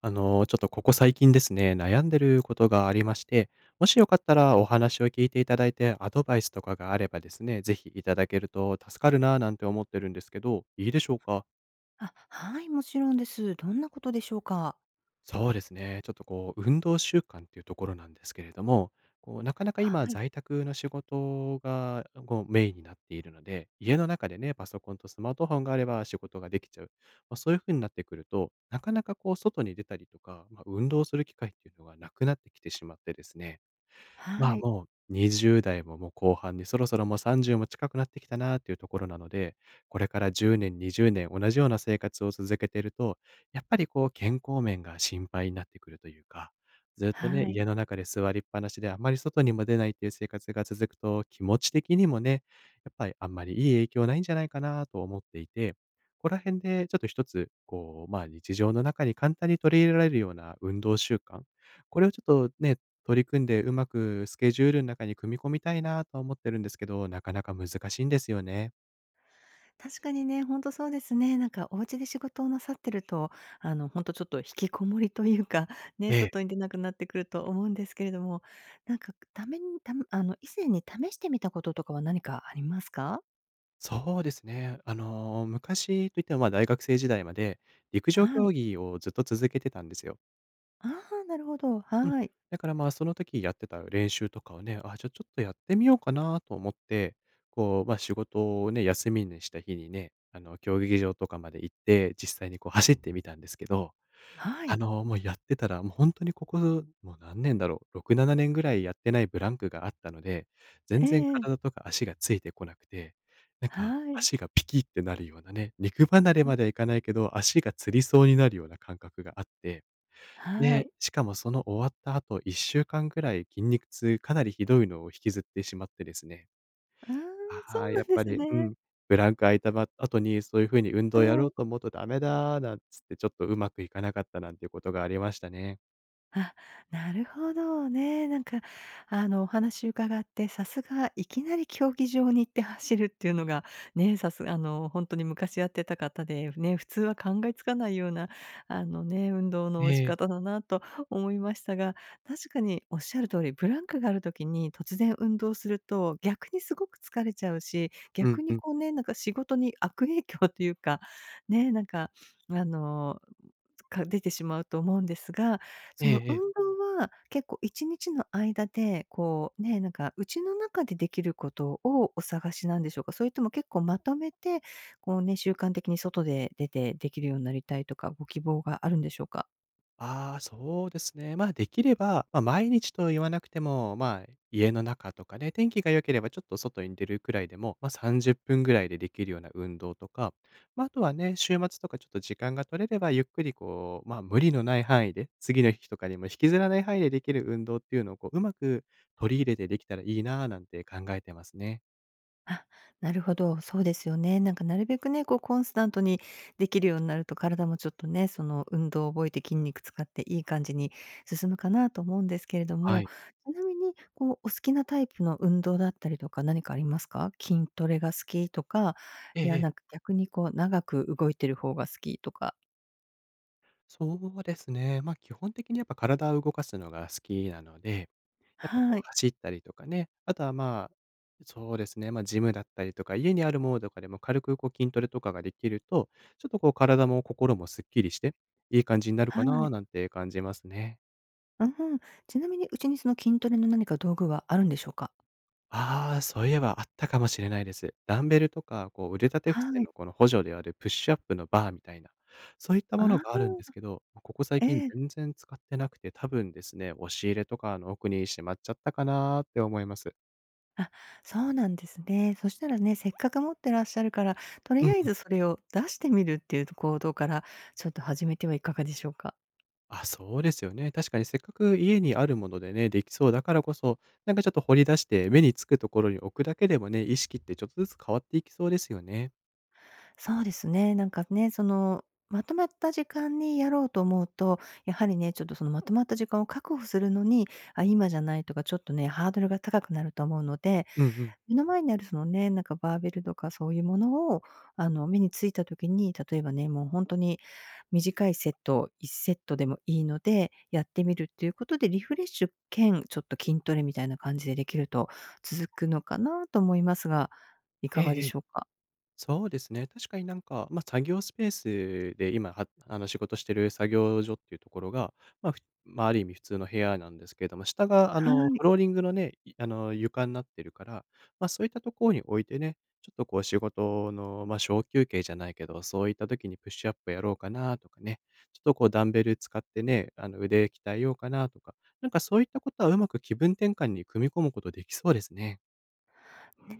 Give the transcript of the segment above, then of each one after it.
ちょっとここ最近ですね、悩んでることがありまして、もしよかったらお話を聞いていただいて、アドバイスとかがあればですね、ぜひいただけると助かるなぁなんて思ってるんですけど、いいでしょうか？あ、はい、もちろんです。どんなことでしょうか？そうですね。ちょっとこう、運動習慣っていうところなんですけれども、こう、なかなか今、はい、在宅の仕事が、こう、メインになっているので、家の中でね、パソコンとスマートフォンがあれば仕事ができちゃう。まあ、そういう風になってくると、なかなかこう、外に出たりとか、まあ、運動する機会っていうのがなくなってきてしまってですね、まはあ、い、もう20代ももう後半にそろそろもう30も近くなってきたなっていうところなので、これから10年、20年同じような生活を続けていると、やっぱりこう健康面が心配になってくるというか、ずっとね、は家い。の中で座りっぱなしであまり外にも出ないっていう生活が続くと、気持ち的にもね、やっぱりあんまりいい影響ないんじゃないかなと思っていて、ここら辺でちょっと一つ、こう、まあ、日常の中に簡単に取り入れられるような運動習慣、これをちょっとね、取り組んで、うまくスケジュールの中に組み込みたいなとは思ってるんですけど、なかなか難しいんですよね。確かにね、ほんとそうですね。なんかお家で仕事をなさってると、ほんとちょっと引きこもりというか、ね、ええ。外に出なくなってくると思うんですけれども、なんか、ためにたあの、以前に試してみたこととかは何かありますか？そうですね、昔といっても、ま、大学生時代まで、陸上は競い。技をずっと続けてたんですよ。ああ、なるほど。うん。はい。だから、まあ、その時やってた練習とかをね、あ、じゃ、ちょっとやってみようかなと思って、こう、ま、仕事をね、休みにした日にね、競技場とかまで行って、実際にこう走ってみたんですけどはい。もうやってたら、もう本当にここ、もう何年だろう、6、7年ぐらいやってないブランクがあったので、全ええ然え体え。とか足がついてこなくて、なんはかい。足がピキってなるようなね、肉離れうん、まではいかないけど、足がつりそうになるような感覚があって、はで、い。しかもその終わった後1週間ぐらい筋肉痛、かなりひどいのを引きずってしまってですね、ああ、そああ、うやなっんでぱすり、うね。ん、ブランク空いたば後に、そういう風に運は動やろうい。と思うとダメだなんつって、ちょっとうまくいかなかったなんていうことがありましたね。あ、なるほどね。なんか、お話伺って、さすがいきなり競技場に行って走るっていうのが、ね、さすあの、ほんとに昔やってた方で、ね、普通は考えつかないような、ね、運動えの仕え。方だなと思いましたが、確かにおっしゃる通り、ブランクがある時に突然運動すると、逆にすごく疲れちゃうし、うん逆うにん。こうね、なんか仕事に悪影響というか、ね、なんか、あのか出てしまうと思うんですが、えそのええ運え。動は結構1日の間で、こうね、なんか家の中でできることをお探しなんでしょうか？それとも結構まとめて、こうね、習慣的に外で出てできるようになりたいとか、ご希望があるんでしょうか？ああ、そうですね。まあ、できれば、まあ、毎日と言わなくても、まあ、家の中とかね、天気が良ければちょっと外に出るくらいでも、まあ、30分ぐらいでできるような運動とか、まあ、あとはね、週末とかちょっと時間が取れればゆっくりこう、まあ、無理のない範囲で、次の日とかにも引きずらない範囲でできる運動っていうのをこう、うまく取り入れてできたらいいなあなんて考えてますね。あ、なるほど、そうですよね。なんかなるべくね、こうコンスタントにできるようになると、体もちょっとね、その運動を覚えて筋肉使っていい感じに進むかなと思うんですけれどはも、い。ちなみにこうお好きなタイプの運動だったりとか何かありますか？筋トレが好きとか、ええいえやえ。なんか逆にこう長く動いてる方が好きとか。そうですね。まあ、基本的にやっぱ体を動かすのが好きなので、やっぱこはうい、走ったりとかね、あとはまあ、そうですね、ま、ジムだったりとか、家にあるものとかでも軽くこう筋トレとかができると、ちょっとこう体も心もすっきりして、いい感じになるはかない。なんて感じますね。うん。ちなみにうちにその筋トレの何か道具はあるんでしょうか？ああ、そういえばあったかもしれないです。ダンベルとか、こう腕立て伏せはい。のこの補助であるプッシュアップのバーみたいな、そういったものあがあるんであ、すけど、ここ最え近え。全然使ってなくて、多分ですね、押し入れとかの奥にしまっちゃったかなーって思います。あ、そうなんですね。そしたらね、せっかく持ってらっしゃるから、とうりん。あえずそれを出してみるっていう行動から、ちょっと始めてはいかがでしょうか？あ、そうですよね。確かにせっかく家にあるものでね、できそうだからこそ、なんかちょっと掘り出して目につくところに置くだけでもね、意識ってちょっとずつ変わっていきそうですよね。そうですね、なんかね、その、まとまった時間にやろうと思うと、やはりね、ちょっとそのまとまった時間を確保するのに、あ、今じゃないとか、ちょっとね、ハードルが高くなると思うので、うんうん。目の前にあるそのね、なんかバーベルとかそういうものを、目についた時に、例えばね、もう本当に短いセットを1セットでもいいので、やってみるっていうことでリフレッシュ兼、ちょっと筋トレみたいな感じでできると続くのかなと思いますが、いええかがでええ。しょうか？そうですね。確かになんか、まあ、作業スペースで今、仕事してる作業所っていうところが、まあ、ふまあ、ある意味普通の部屋なんですけれども、下が、はフい。ローリングのね、床になってるから、まあ、そういったところに置いてね、ちょっとこう仕事の、ま、小休憩じゃないけど、そういった時にプッシュアップやろうかなとかね、ちょっとこうダンベル使ってね、腕鍛えようかなとか、なんかそういったことはうまく気分転換に組み込むことできそうですね。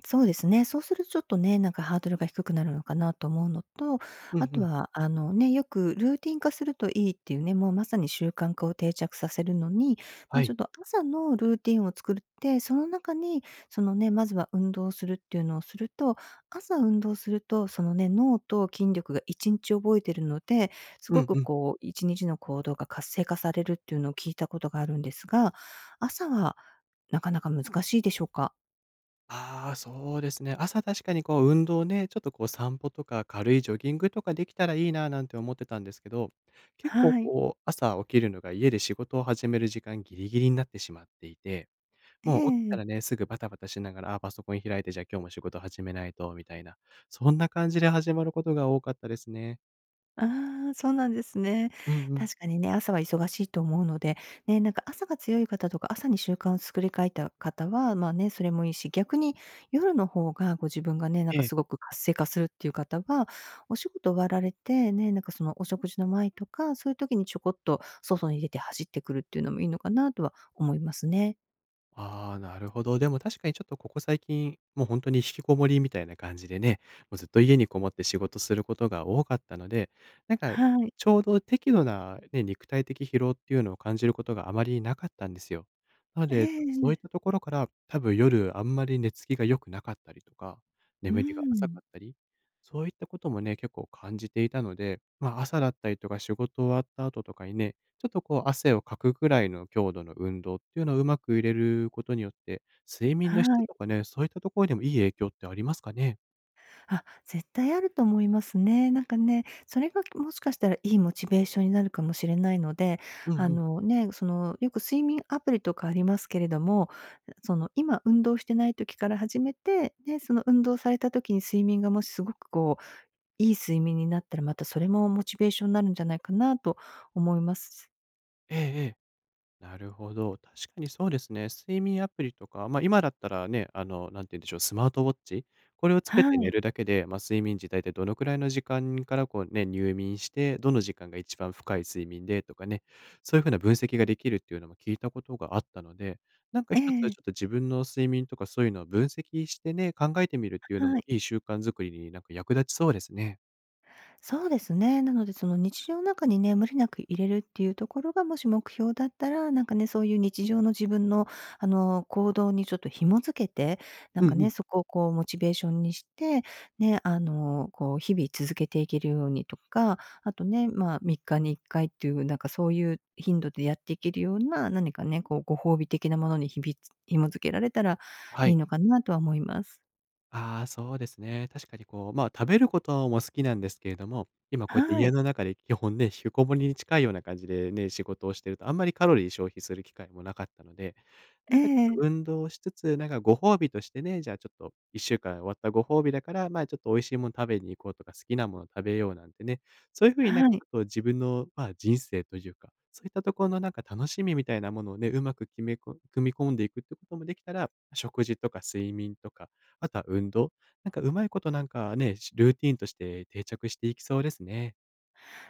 そうですね。そうするとちょっとね、なんかハードルが低くなるのかなと思うのと、うあんうとん。は、ね、よくルーティン化するといいっていうね、もうまさに習慣化を定着させるのに、まはあ、ちょい。っと朝のルーティンを作って、その中に、そのね、まずは運動するっていうのをすると、朝運動すると、そのね、脳と筋力が1日覚えてるので、すうごんくうん。こう1日の行動が活性化されるっていうのを聞いたことがあるんですが、朝はなかなか難しいでしょうか？ああ、そうですね。朝確かにこう運動ね、ちょっとこう散歩とか軽いジョギングとかできたらいいななんて思ってたんですけど、結構はい。こう朝起きるのが家で仕事を始める時間ギリギリになってしまっていて、えもう起きたらね、え。すぐバタバタしながら、あー、パソコン開いて、じゃあ今日も仕事始めないと、みたいな、そんな感じで始まることが多かったですね。ああ、そうなんですね。うんうん。確かにね、朝は忙しいと思うので、ね、なんか朝が強い方とか、朝に習慣を作り変えた方は、まあね、それもいいし、逆に夜の方がご自分がね、なんかええ。すごく活性化するっていう方は、お仕事終わられて、ね、なんかそのお食事の前とか、そういう時にちょこっと外に出て走ってくるっていうのもいいのかなとは思いますね。ああ、なるほど。でも確かにちょっとここ最近、もう本当に引きこもりみたいな感じでね、もうずっと家にこもって仕事することが多かったので、なんかはい。ちょうど適度なね、肉体的疲労っていうのを感じることがあまりなかったんですよ。なので、ちょっとそういっええたところから、多分夜あんまり寝つきが良くなかったりとか、う眠りが浅かん。ったり、そういったこともね、結構感じていたので、ま、朝だったりとか仕事終わった後とかにね、ちょっとこう汗をかくぐらいの強度の運動っていうのをうまく入れることによって、睡眠のは質い。とかね、そういったところでもいい影響ってありますかね？あ、絶対あると思いますね。なんかね、それがもしかしたらいいモチベーションになるかもしれないので、うんあうん。のね、そのよく睡眠アプリとかありますけれども、その今運動してない時から始めて、ね、その運動された時に睡眠がもしすごくこう、いい睡眠になったらまたそれもモチベーションになるんじゃないかなと思います。ええええ、なるほど。確かにそうですね。睡眠アプリとか、ま、今だったらね、なんて言うんでしょう、スマートウォッチ、これをつけはて寝い。るだけで、ま、睡眠時大体どのくらいの時間からこうね、入眠して、どの時間が一番深い睡眠でとかね、そういう風な分析ができるっていうのも聞いたことがあったので、なんかえ一つちょっえ、と自分の睡眠とかそういうのを分析してね、考えてみるっていうのはもい。いい習慣づくりになんか役立ちそうですね。そうですね。なので、その日常の中にね、無理なく入れるっていうところが、もし目標だったら、なんかね、そういう日常の自分の、行動にちょっと紐づけて、なんうんかうん。ね、そこをこう、モチベーションにして、ね、こう、日々続けていけるようにとか、あとね、まあ、3日に1回っていう、なんかそういう頻度でやっていけるような、何かね、こう、ご褒美的なものに日々紐づけられたらはいいい。のかなとは思います。ああ、そうですね。確かにこう、まあ、食べることも好きなんですけれども、今こうやっては家い。の中で基本ね、引きこもりに近いような感じでね、仕事をしてるとあんまりカロリー消費する機会もなかったので、なえんかちょっえと運動をしつつ、なんかご褒美としてね、じゃあちょっと1週間終わったご褒美だから、まあちょっと美味しいもの食べに行こうとか、好きなもの食べようなんてね、そういうふうになんはかちい。ょっと自分の、まあ、人生というか、そういったところのなんか楽しみみたいなものをね、うまく決めこ組み込んでいくってこともできたら、食事とか睡眠とか、あとは運動。なんかうまいことなんかね、ルーティーンとして定着していきそうですね。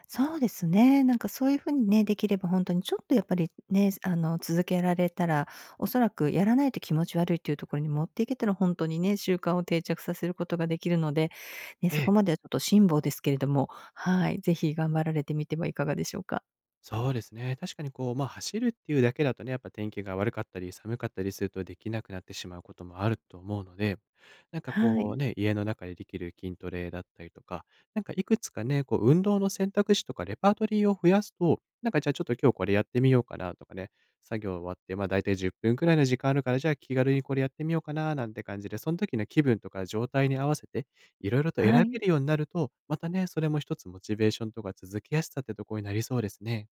そうですね。なんかそういう風にね、できれば本当にちょっとやっぱりね、続けられたら、おそらくやらないと気持ち悪いっていうところに持っていけたら、本当にね、習慣を定着させることができるので、ね、えそえこまではちょっと辛抱ですけれども、はい、ぜひ頑張られてみてはいかがでしょうか。そうですね。確かにこう、まあ、走るっていうだけだとね、やっぱ天気が悪かったり、寒かったりするとできなくなってしまうこともあると思うので、なんかはこい。うね、家の中でできる筋トレだったりとか、なんかいくつかね、こう、運動の選択肢とかレパートリーを増やすと、なんかじゃあちょっと今日これやってみようかなとかね、作業終わって、まあ大体10分くらいの時間あるから、じゃあ気軽にこれやってみようかななんて感じで、その時の気分とか状態に合わせて、いろいろと選はべい。るようになると、またね、それも一つモチベーションとか続きやすさってとこになりそうですね。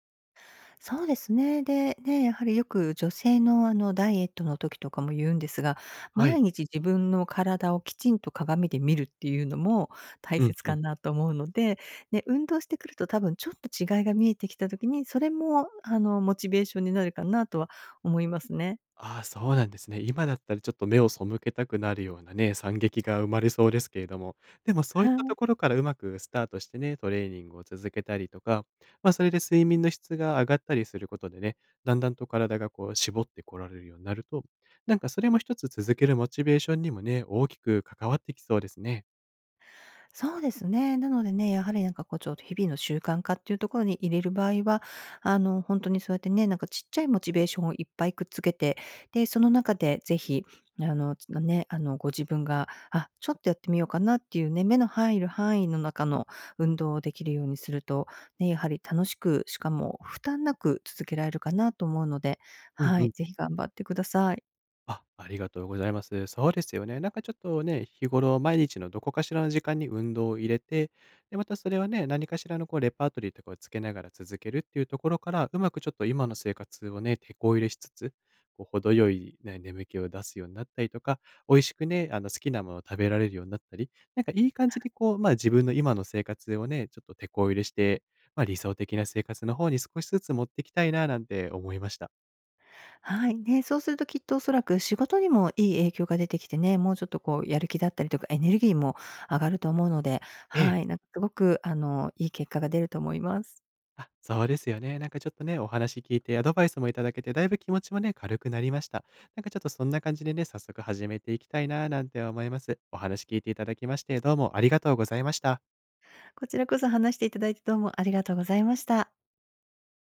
そうですね。で、ね、やはりよく女性の、ダイエットの時とかも言うんですが、はい。毎日自分の体をきちんと鏡で見るっていうのも大うん切うかん。なと思うので、ね、運動してくると多分ちょっと違いが見えてきた時に、それも、モチベーションになるかなとは思いますね。ああ、そうなんですね。今だったらちょっと目を背けたくなるようなね、惨劇が生まれそうですけれども、でもそういはったとい。ころからうまくスタートしてね、トレーニングを続けたりとか、ま、それで睡眠の質が上がったりすることでね、だんだんと体がこう絞ってこられるようになると、なんかそれも一つ続けるモチベーションにもね、大きく関わってきそうですね。そうですね。なのでね、やはりなんかこうちょっと日々の習慣化っていうところに入れる場合は、本当にそうやってね、なんかちっちゃいモチベーションをいっぱいくっつけて、で、その中でぜひ、のね、ご自分が、あ、ちょっとやってみようかなっていうね、目の入る範囲の中の運動をできるようにすると、ね、やはり楽しく、しかも負担なく続けられるかなと思うので、うんはうい、ん。ぜひ頑張ってください。あ、ありがとうございます。そうですよね。なんかちょっとね、日頃毎日のどこかしらの時間に運動を入れて、で、またそれはね、何かしらのこうレパートリーとかをつけながら続けるっていうところから、うまくちょっと今の生活をね、手こ入れしつつ、こう程よい、ね、眠気を出すようになったりとか、美味しくね、あの好きなものを食べられるようになったり、なんかいい感じにこう、まあ自分の今の生活をね、ちょっと手こ入れして、まあ理想的な生活の方に少しずつ持っていきたいななんて思いました。はい。ね、そうするときっとおそらく仕事にもいい影響が出てきてね、もうちょっとこうやる気だったりとか、エネルギーも上がると思うので、ええはい、なんかすごくいい結果が出ると思います。あ、そうですよね。なんかちょっとね、お話聞いてアドバイスもいただけて、だいぶ気持ちもね、軽くなりました。なんかちょっとそんな感じでね、早速始めていきたいななんて思います。お話聞いていただきまして、どうもありがとうございました。こちらこそ話していただいてどうもありがとうございました。